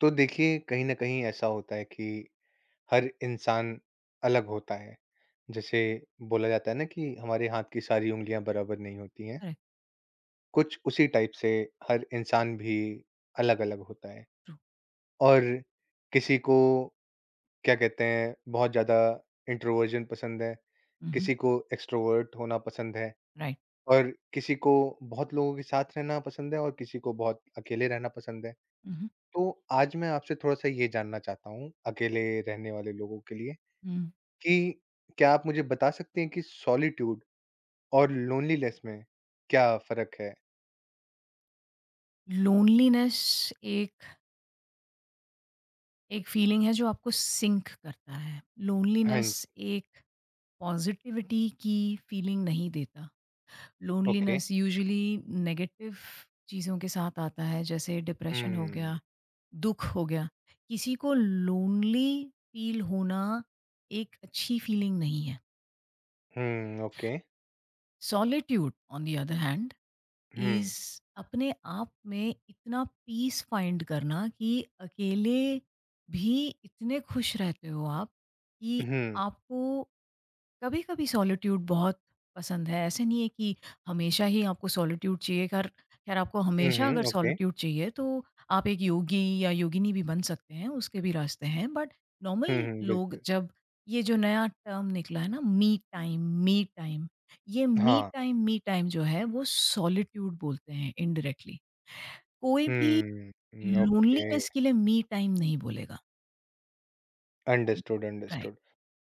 तो देखिए कहीं न कहीं ऐसा होता है कि हर इंसान अलग होता है। जैसे बोला जाता है ना कि हमारे हाथ की सारी उँगलियाँ बराबर नहीं होती हैं। करेक्ट, कुछ उसी टाइप से हर इंसान भी अलग-अलग होता है ट्रू, और किसी को क्या कहते हैं बहुत ज़्यादा इंट्रोवर्जन पसंद है, उहुँ, किसी को एक्सट्रोवर्ट होना पसंद है राइट, और किसी को बहुत लोगों के साथ रहना पसंद है और किसी को बहुत अकेले रहना पसंद है। उहुँ, तो आज मैं आपसे थोड़ा-सा ये जानना चाहता हूँ, अकेले रहने वाले लोगों के लिए हुँ। कि क्या आप मुझे बता सकते हैं कि सॉलिट्यूड और लोनलीनेस में क्या फ़र्क है? लोनलीनेस एक एक फीलिंग है जो आपको सिंक करता है। हाँ लोनलीनेस जी, एक पॉज़िटिविटी की फीलिंग नहीं देता। ओके। लोनलीनेस यूजुअली नेगेटिव चीज़ों के साथ आता है जैसे डिप्रेशन हो हुँ, गया, दुःख हो गया। किसी को लोनली फ़ील होना एक अच्छी फीलिंग नहीं है। हुँ, okay. Solitude on the other hand हुँ, इज़ अपने आप में इतना पीस फाइंड करना कि अकेले भी इतने खुश रहते हो आप कि हुँ, आपको कभी कभी सॉलिट्यूड बहुत पसंद है, ऐसे नहीं है कि हमेशा ही आपको सॉलिट्यूड चाहिए। खैर खैर आपको हुँ, हमेशा हुँ, अगर ओके। सॉलिट्यूड चाहिए तो आप एक योगी या योगिनी भी बन सकते हैं, उसके भी रास्ते हैं, बट हुँ, नॉर्मल हुँ, लोग बिल्कुल। जब ये जो नया टर्म निकला है ना, मी टाइम मी टाइम, ये हाँ, मी टाइम जो है वो सॉलिट्यूड बोलते हैं इनडायरेक्टली। कोई भी हुँ, ओके। लोनलीनेस के लिए मी टाइम नहीं बोलेगा। Understood, right. अंडरस्टूड।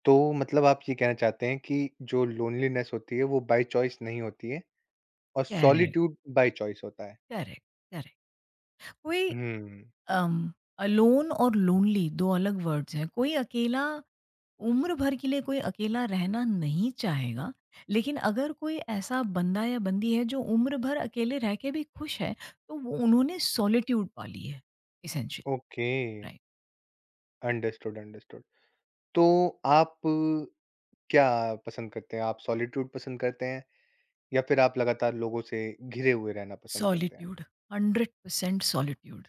तो मतलब आप ये कहना चाहते हैं कि जो लोनलीनेस होती है, वो बाय चॉइस नहीं होती है और करेक्ट, सॉलिट्यूड बाय चॉइस होता है। Correct, correct. कोई हुँ, अम, अलोन और लोनली 2 अलग वर्ड्स हैं। कोई अकेला उम्र भर के लिए कोई अकेला रहना नहीं चाहेगा, लेकिन अगर कोई ऐसा बंदा या बंदी है जो उम्र भर अकेले रह के भी खुश है, तो वो उन्होंने सॉलिट्यूड पाली है essentially, okay. Right. Understood, understood. तो आप क्या पसंद करते हैं? आप सॉलिट्यूड पसंद करते हैं या फिर आप लगातार लोगों से घिरे हुए रहना पसंद करते हैं? Solitude, 100% solitude.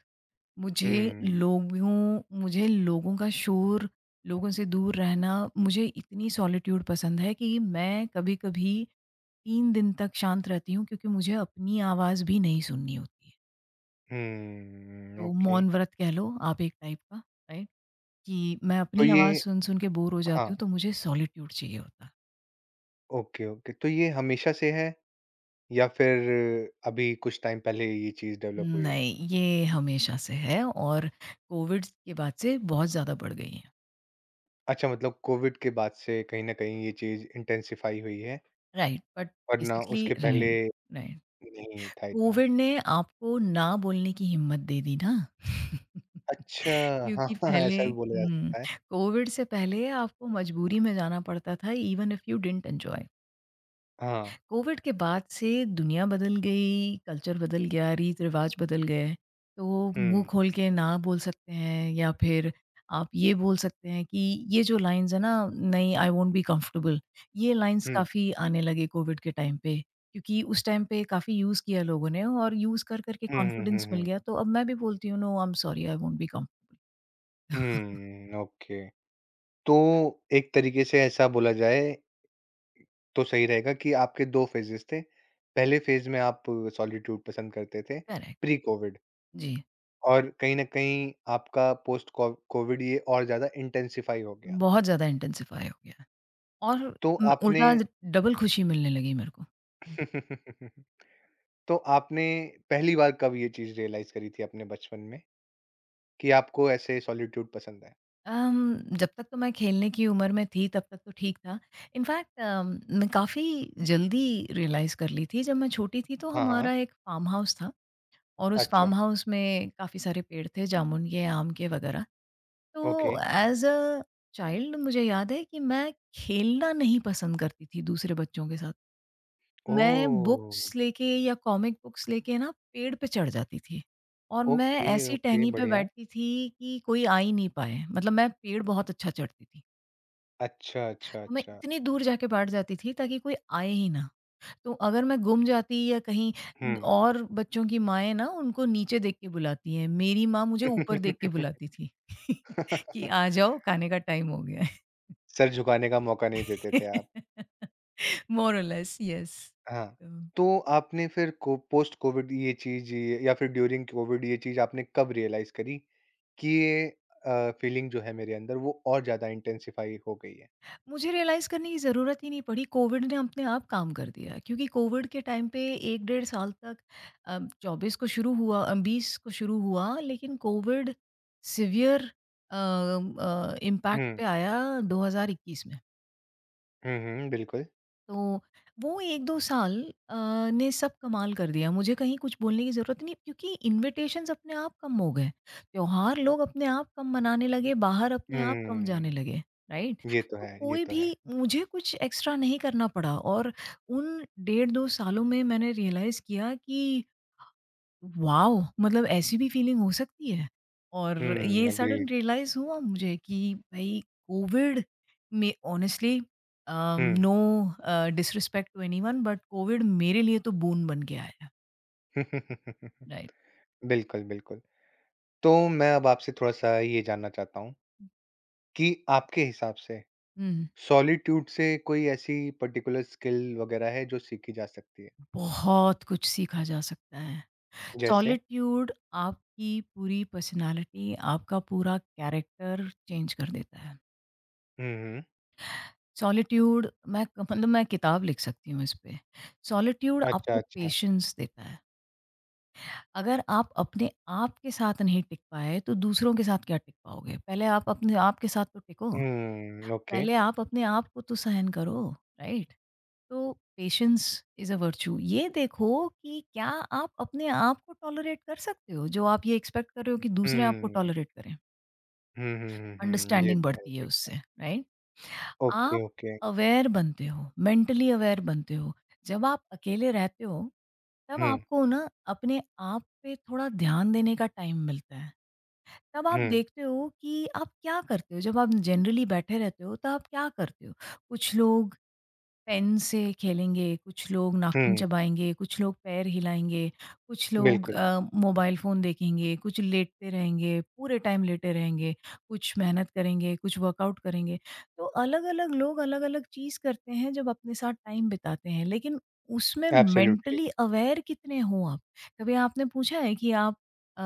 मुझे हुँ, मुझे लोगों का शोर, लोगों से दूर रहना, मुझे इतनी सॉलिट्यूड पसंद है कि मैं कभी-कभी 3 दिन तक शांत रहती हूँ क्योंकि मुझे अपनी आवाज़ भी नहीं सुननी होती है। हुँ, तो ओके। मौन व्रत कह लो आप एक टाइप का, राइट? कि मैं तो अपनी ये आवाज़ सुन-सुन के बोर हो हाँ, जाती हूँ तो मुझे सॉलिट्यूड चाहिए होता है। Okay, okay. तो ये हमेशा से है या फिर अभी कुछ टाइम पहले ये चीज़ डेवलप हुई है? नहीं, ये हमेशा से है और कोविड के बाद से बहुत ज़्यादा बढ़ गई है। अच्छा मतलब कोविड के बाद से कहीं न कहीं ये चीज़ इंटेंसिफ़ाई हुई है, राइट, बट वरना बेसिकली उसके पहले राइट, राइट। नहीं था इतना। कोविड ने आपको ना बोलने की हिम्मत दे दी ना। अच्छा, हाँ, क्योंकि हाँ, पहले ऐसा भी बोला जा हुँ, सकता है। कोविड से पहले आपको मजबूरी में जाना पड़ता था even if you didn't enjoy. हाँ, कोविड के बाद से दुनिया बदल गई, कल्चर बदल गया, रीत-रिवाज बदल गए। तो मुँह हुँ, खोल के ना बोल सकते हैं या फिर आप ये बोल सकते हैं कि ये जो लाइन्स है ना, नहीं आई वोंट बी कंफर्टेबल, ये लाइन्स हुँ। काफ़ी आने लगे कोविड के टाइम पे। क्योंकि उस टाइम पे काफ़ी यूज़ किया लोगों ने और यूज़ कर कर के हुँ, हुँ, हुँ, कॉन्फिडेंस मिल हुँ। गया। तो अब मैं भी बोलती हूँ no I am sorry I won't be come. हुँ, ओके। तो एक तरीके से ऐसा बोला जाए तो सही रहेगा कि आपके 2 फ़ेजेज़ थे। पहले फ़ेज़ में आप सॉलिट्यूड पसंद करते थे करेक्ट, प्री कोविड जी। और कहीं न कहीं आपका पोस्ट को कोविड ये और ज़्यादा इंटेंसिफ़ाई हो गया। बहुत ज़्यादा इंटेंसिफाई हो गया है और तो आपने उल्टा डबल खुशी मिलने लगी मेरे को। तो आपने पहली बार कब ये चीज़ रियलाइज़ करी थी अपने बचपन में कि आपको ऐसे सॉलिट्यूड पसंद है? जब तक तो मैं खेलने की उम्र में थी तब तक तो ठीक था। इनफैक्ट मैं काफ़ी जल्दी रियलाइज़ कर ली थी। जब मैं छोटी थी तो हाँ, हाँ। हमारा एक फार्म हाउस था और उस अच्छा, फार्म हाउस में काफ़ी सारे पेड़ थे जामुन के, आम के वग़ैरह। ओके। तो एज़ अ चाइल्ड मुझे याद है कि मैं खेलना नहीं पसंद करती थी दूसरे बच्चों के साथ। मैं ओह! बुक्स लेके या कॉमिक बुक्स लेके ना पेड़ पे चढ़ जाती थी और मैं ओके, ऐसी ओके टहनी पे बढ़िया। बैठती थी कि कोई आ ही नहीं पाए। मतलब मैं पेड़ बहुत अच्छा चढ़ती थी। अच्छा, अच्छा, तो मैं अच्छा। इतनी दूर जाके बैठ जाती थी ताकि कोई आए ही ना। तो अगर मैं गुम जाती या कहीं हुँ। और बच्चों की माएँ ना उनको नीचे देख के बुलाती हैं, मेरी माँ मुझे ऊपर देख के बुलाती थी कि आ जाओ खाने का टाइम हो गया है। सर झुकाने का मौका नहीं देते थे आप। मोर और लेस यस। हाँ। तो तो आपने फिर को पोस्ट कोविड ये चीज़ या फिर ड्यूरिंग कोविड ये चीज़ आपने कब रियलाइज़ करी कि ये फ़ीलिंग जो है मेरे अंदर वो और ज़्यादा इंटेंसिफ़ाई हो गई है? मुझे रियलाइज़ करने की ज़रूरत ही नहीं पड़ी, कोविड ने अपने आप काम कर दिया। क्योंकि कोविड के टाइम पे 1 डेढ़ साल तक अ, 24 को शुरू हुआ 20 को शुरू हुआ, लेकिन कोविड सीवियर इम्पैक्ट हुँ। पे आया 2021 में। हुँ, हुँ, बिल्कुल। तो वो 1-2 साल अ, ने सब कमाल कर दिया। मुझे कहीं कुछ बोलने की ज़रूरत नहीं क्योंकि इन्विटेशंस अपने आप कम हो गए। त्योहार लोग अपने आप कम मनाने लगे, बाहर अपने आप कम जाने हुँ, लगे, राइट? ये तो तो है, ये कोई तो भी है। मुझे कुछ एक्स्ट्रा नहीं करना पड़ा और उन डेढ़ 2 सालों में मैंने रियलाइज़ किया कि वॉव! मतलब ऐसी भी फीलिंग हो सकती है? और हुँ, ये एग्रीड। सडन रियलाइज़ हुआ मुझे कि भई कोविड में honestly uh, hmm. No disrespect to anyone but COVID मेरे लिए तो बोन बन के आया है। बिल्कुल, राइट। बिल्कुल। तो मैं अब आपसे थोड़ा-सा ये जानना चाहता हूँ कि आपके हिसाब से हुँ। सॉलिट्यूड से कोई ऐसी पर्टिकुलर स्किल वगैरह है जो सीखी जा सकती है? बहुत कुछ सीखा जा सकता है। जैसे? सॉलिट्यूड आपकी पूरी पर्सनैलिटी, आपका पूरा कैरेक्टर चेंज कर देता है। हुँ, हुँ। सॉलिट्यूड, मैं मतलब मैं किताब लिख सकती हूँ इस पे। सॉलिट्यूड अच्छा, आपको अच्छा। पेशेंस देता है। अगर आप अपने आप के साथ नहीं टिक पाए, तो दूसरों के साथ क्या टिक पाओगे? पहले आप अपने आप के साथ तो टिको। हुँ, ओके। पहले आप अपने आप को तो सहन करो, राइट? तो पेशेंस इज़ अ वर्च्यू। ये देखो कि क्या आप अपने आप को टॉलरेट कर सकते हो, जो आप ये एक्सपेक्ट कर रहे हो कि दूसरे आपको हुँ। टॉलरेट करें। हुँ, हुँ, हुँ, हुँ। ये अंडरस्टैंडिंग तो है, बढ़ती है ये तो उससे, है। राइट? ओके, आप ओके। अवेयर बनते हो, मेंटली अवेयर बनते हो। जब आप अकेले रहते हो, तब हुँ, आपको ना अपने आप पे थोड़ा ध्यान देने का टाइम मिलता है। तब आप हुँ, देखते हो कि आप क्या करते हो? जब आप जनरली बैठे रहते हो तो आप क्या करते हो? कुछ लोग पेन से खेलेंगे, कुछ लोग नाखून हुँ। चबाएँगे, कुछ लोग पैर हिलाएँगे, कुछ लोग बिल्कुल, मोबाइल फ़ोन देखेंगे, कुछ लेटते रहेंगे, पूरे टाइम लेटे रहेंगे, कुछ मेहनत करेंगे, कुछ वर्कआउट करेंगे। तो अलग-अलग लोग अलग-अलग चीज़ करते हैं जब अपने साथ टाइम बिताते हैं, लेकिन उसमें एब्सोल्युटली। मेंटली अवेयर कितने हो आप? कभी आपने पूछा है कि आप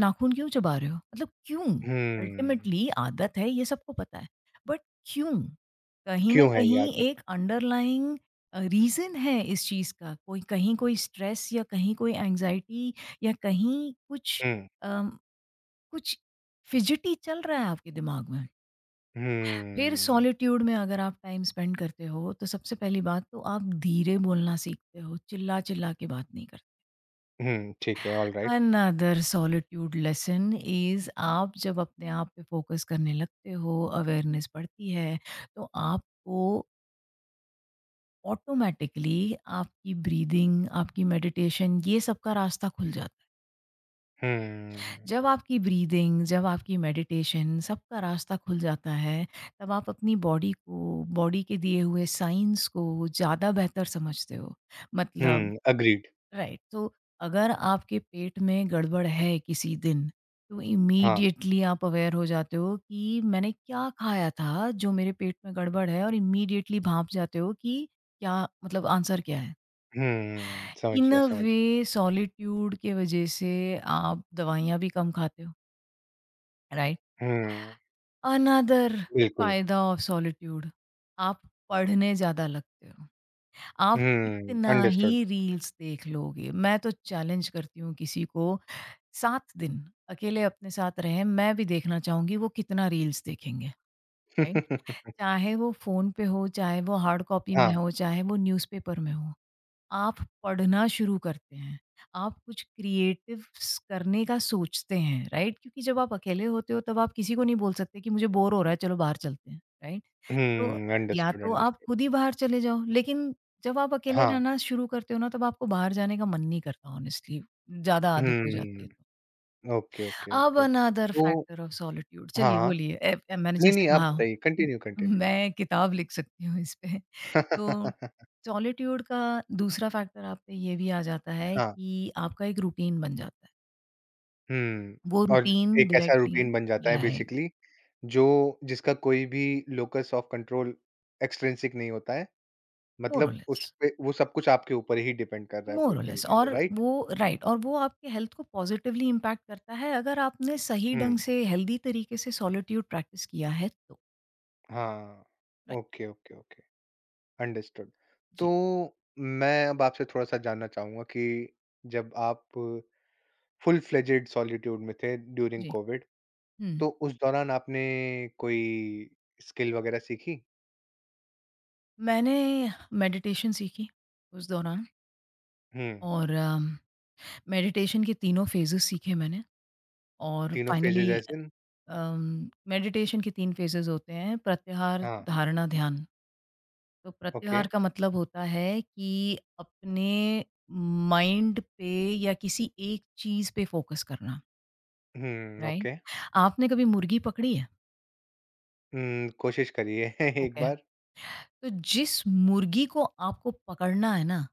नाखून क्यों चबा रहे हो? मतलब क्यों? हुँ। अल्टीमेटली आदत है, ये सबको पता है, बट क्यों? कहीं न क्यों है ये कहीं आदत? एक अंडरलाइंग रीज़न है इस चीज़ का। कोई कहीं कोई स्ट्रेस या कहीं कोई एंग्ज़ायटी या कहीं कुछ हुँ, अम, कुछ फिज़िटी चल रहा है आपके दिमाग में। फिर हुँ। सॉलिट्यूड में अगर आप टाइम स्पेंड करते हो, तो सबसे पहली बात तो आप धीरे बोलना सीखते हो, चिल्ला-चिल्ला के बात नहीं करते। हुँ, ठीक है, alright. Another solitude lesson is, आप जब अपने आप पे फ़ोकस करने लगते हो, अवेयरनेस बढ़ती है, तो आपको ऑटोमेटिकली आपकी ब्रीदिंग, आपकी मेडिटेशन, ये सबका रास्ता खुल जाता है। हुँ। जब आपकी ब्रीदिंग, जब आपकी मेडिटेशन सबका रास्ता खुल जाता है, तब आप अपनी बॉडी को, बॉडी के दिए हुए साइंस को ज़्यादा बेहतर समझते हो। मतलब हुँ, एग्रीड। राइट, तो अगर आपके पेट में गड़बड़ है किसी दिन, तो हाँ। इमीडिएटली आप अवेयर हो जाते हो कि मैंने क्या खाया था जो मेरे पेट में गड़बड़ है और इमीडिएटली भाँप जाते हो कि क्या मतलब आंसर क्या है? हुँ, समझ इन गया, अ समझ वे सॉलिट्यूड के वजह से आप दवाइयाँ भी कम खाते हो, राइट? गया। हुँ, अनदर बिल्कुल। फ़ायदा ऑफ सॉलिट्यूड, आप पढ़ने ज़्यादा लगते हो। आप हुँ, कितना अंडरस्टूड। ही रील्स देख लोगे, मैं तो चैलेंज करती हूँ किसी को 7 दिन अकेले अपने साथ रहें, मैं भी देखना चाहूँगी वो कितना रील्स देखेंगे, राइट? चाहे वो फ़ोन पे हो, चाहे वो हार्ड कॉपी में हाँ। हो, चाहे वो न्यूज़पेपर में हो। आप पढ़ना शुरू करते हैं, आप कुछ क्रिएटिव्स करने का सोचते हैं, राइट? क्योंकि जब आप अकेले होते हो तब आप किसी को नहीं बोल सकते कि मुझे बोर हो रहा है चलो बाहर चलते हैं, राइट? तो हुँ, या अंडरस्टूड, तो आप अंडरस्टूड। खुद ही बाहर चले जाओ, लेकिन जब आप अकेले हाँ। रहना शुरू करते हो ना तब आपको बाहर जाने का मन नहीं करता ऑनेस्टली, ज़्यादा आदत हो जाती है तो। हुँ, ओके, ओके, अब ओके। अनदर तो फैक्टर ऑफ सॉलिट्यूड, हाँ, चलिए हाँ। बोलिए। ए, ए- मैंने नहीं, जैसे नहीं, आप कहा, बताइए, म- कंटिन्यू, कंटिन्यू। मैं किताब लिख सकती हूँ इस पे तो सॉलिट्यूड का दूसरा फैक्टर आप पे ये भी आ जाता है हाँ, कि आपका एक रूटीन बन जाता है। हुँ। वो और रूटीन एक ऐसा डायरेक्टली रूटीन बन जाता है राइट, बेसिकली जो जिसका कोई भी लोकस ऑफ कंट्रोल एक्सट्रिंसिक नहीं होता है। मोर और मतलब लेस, उसपे वो सब कुछ आपके ऊपर ही डिपेंड कर रहा है मोर पूरी और लेस, तरीके से, और राइट? वो राइट, और वो आपके हेल्थ को पॉज़िटिवली इम्पैक्ट करता है अगर आपने सही हुँ, ढंग से हेल्दी तरीके से सॉलिट्यूड प्रैक्टिस किया है तो। हाँ। Right, okay, okay, okay, understood. तो जी, मैं अब आपसे थोड़ा-सा जानना चाहूँगा कि जब आप फुल फ्लेजेड सॉलिट्यूड में थे ड्यूरिंग जी। कोविड। हुँ, तो उस दौरान आपने कोई स्किल वगैरह सीखी? मैंने मेडिटेशन सीखी उस दौरान हुँ, और मेडिटेशन के तीनों फेजेज़ सीखे मैंने और तीनों finally phases as in meditation के तीन फेजेस होते हैं, प्रत्याहार, हाँ, धारणा, ध्यान। तो ओके। प्रत्याहार का मतलब होता है कि अपने माइंड पे या किसी एक चीज पे फोकस करना, हुँ, राइट? ओके। आपने कभी मुर्गी पकड़ी है? कोशिश करिए एक ओके। बार। तो जिस मुर्गी को आपको पकड़ना है ना,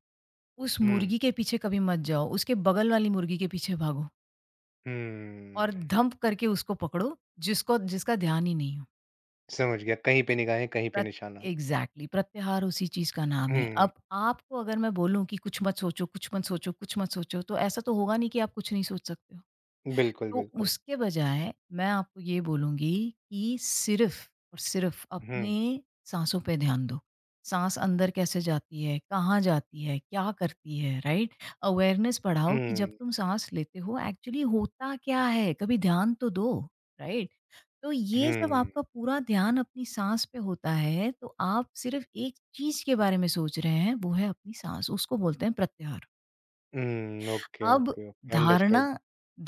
उस हुँ, मुर्गी के पीछे कभी मत जाओ, उसके बगल वाली मुर्गी के पीछे भागो और हुँ, धंप करके उसको पकड़ो, जिसको जिसका ध्यान ही नहीं हो। समझ गया। कहीं पे निगाहें, कहीं पे प्रत निशाना। एग्ज़ैक्टली, प्रत्याहार उसी चीज़ का नाम है। हुँ, अब आपको अगर मैं बोलूँ कि कुछ मत सोचो, कुछ मत सोचो, कुछ मत सोचो, तो ऐसा तो होगा नहीं कि आप कुछ नहीं सोच सकते हो। बिल्कुल, तो बिल्कुल। उसके बजाय मैं आपको ये बोलूँगी कि सिर्फ़ और सिर्फ़ हुँ, अपने साँसों पे ध्यान दो। साँस अंदर कैसे जाती है, कहाँ जाती है, क्या करती है, राइट? अवेयरनेस बढ़ाओ कि जब हुँ, तुम साँस लेते हो एक्चुअली होता क्या है? कभी ध्यान तो दो, राइट? तो ये जब हुँ, आपका पूरा ध्यान अपनी साँस पे होता है, तो आप सिर्फ़ एक चीज़ के बारे में सोच रहे हैं, वो है अपनी साँस, उसको बोलते हैं प्रत्याहार। हुँ, ओके, अब ओके, ओके, धारणा। अंडरस्टूड।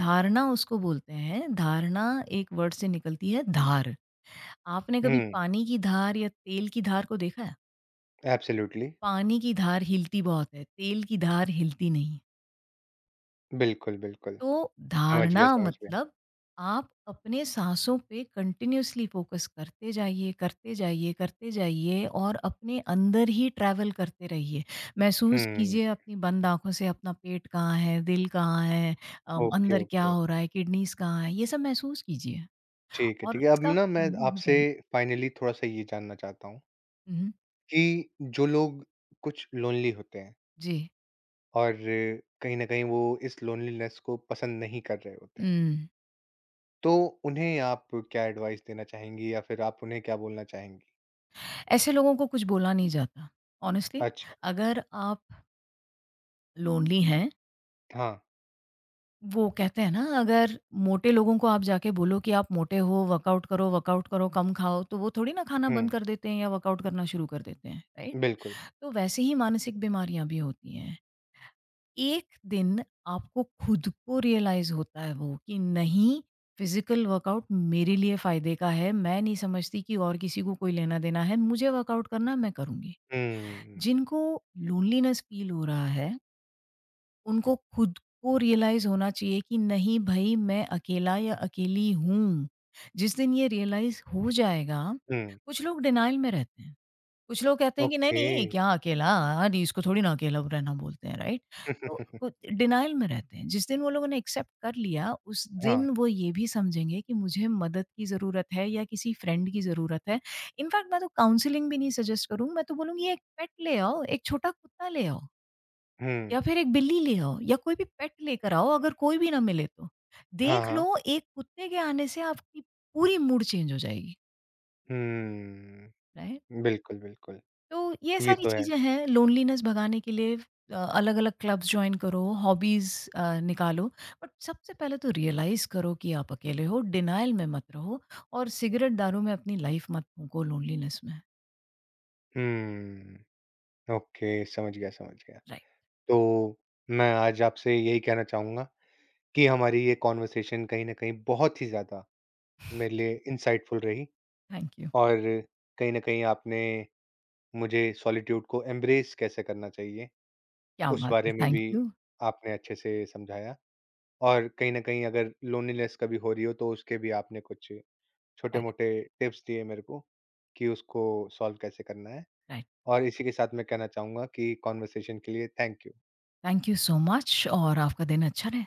धारणा उसको बोलते हैं, धारणा एक वर्ड से निकलती है, धार। आपने कभी हुँ, पानी की धार या तेल की धार को देखा है? एब्सोल्युटली। पानी की धार हिलती बहुत है, तेल की धार हिलती नहीं। बिल्कुल, बिल्कुल। तो समझ गया, धारणा समझ गया। मतलब आप अपने साँसों पे कंटिन्यूअसली फ़ोकस करते जाइए, करते जाइए, करते जाइए और अपने अंदर ही ट्रैवल करते रहिए। महसूस हुँ, कीजिए अपनी बंद आँखों से अपना पेट कहाँ है, दिल कहाँ है, ओके, अंदर ओके, क्या हो ओके। रहा है, किडनीज़ कहाँ है, ये सब महसूस कीजिए ठीक है, और ठीक है। अब इसका ना मैं हुँ, आपसे राइट। फाइनली थोड़ा-सा ये जानना चाहता हूँ हुँ, कि जो लोग कुछ लोनली होते हैं जी। और कहीं न कहीं वो इस लोनलीनेस को पसंद नहीं कर रहे होते हैं, हुँ, तो उन्हें आप क्या एडवाइस देना चाहेंगी या फिर आप उन्हें क्या बोलना चाहेंगी? ऐसे लोगों को कुछ बोला नहीं जाता। हॉनेस्टली अच्छा, अगर आप लोनली हैं, हाँ, वो कहते हैं ना अगर मोटे लोगों को आप जाके बोलो कि आप मोटे हो, वर्कआउट करो, वर्कआउट करो, कम खाओ, तो वो थोड़ी ना खाना हुँ, बंद कर देते हैं या वर्कआउट करना शुरू कर देते हैं, राइट? बिल्कुल। तो वैसे ही मानसिक बीमारियां भी होती हैं। एक दिन आपको खुद को रियलाइज होता है वो कि नहीं, फिजिकल वर्कआउट मेरे लिए फायदे का है, मैं नहीं समझती कि और किसी को कोई लेना देना है, मुझे वर्कआउट करना, मैं करूंगी। हुँ, जिनको लोनलीनेस फील हो रहा है, उनको खुद को रियलाइज़ होना चाहिए कि नहीं भई, मैं अकेला या अकेली हूँ। जिस दिन ये रियलाइज़ हो जाएगा। हुँ, कुछ लोग डिनायल में रहते हैं। कुछ लोग कहते हैं कि ओके। नहीं-नहीं, क्या अकेला? अरे इसको थोड़ी ना अकेला रहना बोलते हैं, राइट? तो वो डिनायल में रहते हैं। जिस दिन वो लोगों ने एक्सेप्ट कर लिया, उस हाँ, दिन वो ये भी समझेंगे कि मुझे मदद की ज़रूरत है या किसी फ्रेंड की ज़रूरत है। इनफैक्ट मैं तो काउंसलिंग भी नहीं सजेस्ट करूँगी, मैं तो बोलूँगी एक पेट ले आओ, एक छोटा कुत्ता ले आओ। हुँ, या फिर एक बिल्ली ले आओ या कोई भी पेट लेकर आओ अगर कोई भी ना मिले तो। हाँ, देख हाँ, लो एक कुत्ते के आने से आपकी पूरी मूड चेंज हो जाएगी, हुँ, राइट? बिल्कुल, बिल्कुल। तो ये ये सारी तो है। चीज़ें हैं लोनलीनेस भगाने के लिए। अलग-अलग क्लब्स जॉइन करो, हॉबीज़ निकालो, बट सबसे पहले तो रियलाइज़ करो कि आप अकेले हो, डिनायल में मत रहो और सिगरेट, दारू में अपनी लाइफ़ मत फूँको लोनलीनेस में। हुँ, ओके, समझ गया, समझ गया। राइट, तो, मैं आज आपसे यही कहना चाहूँगा कि हमारी ये कॉन्वर्सेशन कहीं न कहीं बहुत ही ज़्यादा मेरे लिए इंसाइटफुल रही थैंक यू। और कहीं न कहीं आपने मुझे सॉलिट्यूड को एम्ब्रेस कैसे करना चाहिए, क्या उस बात है! बारे में थैंक भी यू। आपने अच्छे से समझाया और कहीं न कहीं अगर लोनलीनेस कभी हो रही हो तो उसके भी आपने कुछ करेक्ट, छोटे-मोटे टिप्स दिए मेरे को, कि उसको सॉल्व कैसे करना है राइट। और इसी के साथ मैं कहना चाहूँगा कि कॉन्वर्सेशन के लिए thank you. Thank you so much और आपका दिन अच्छा रहे।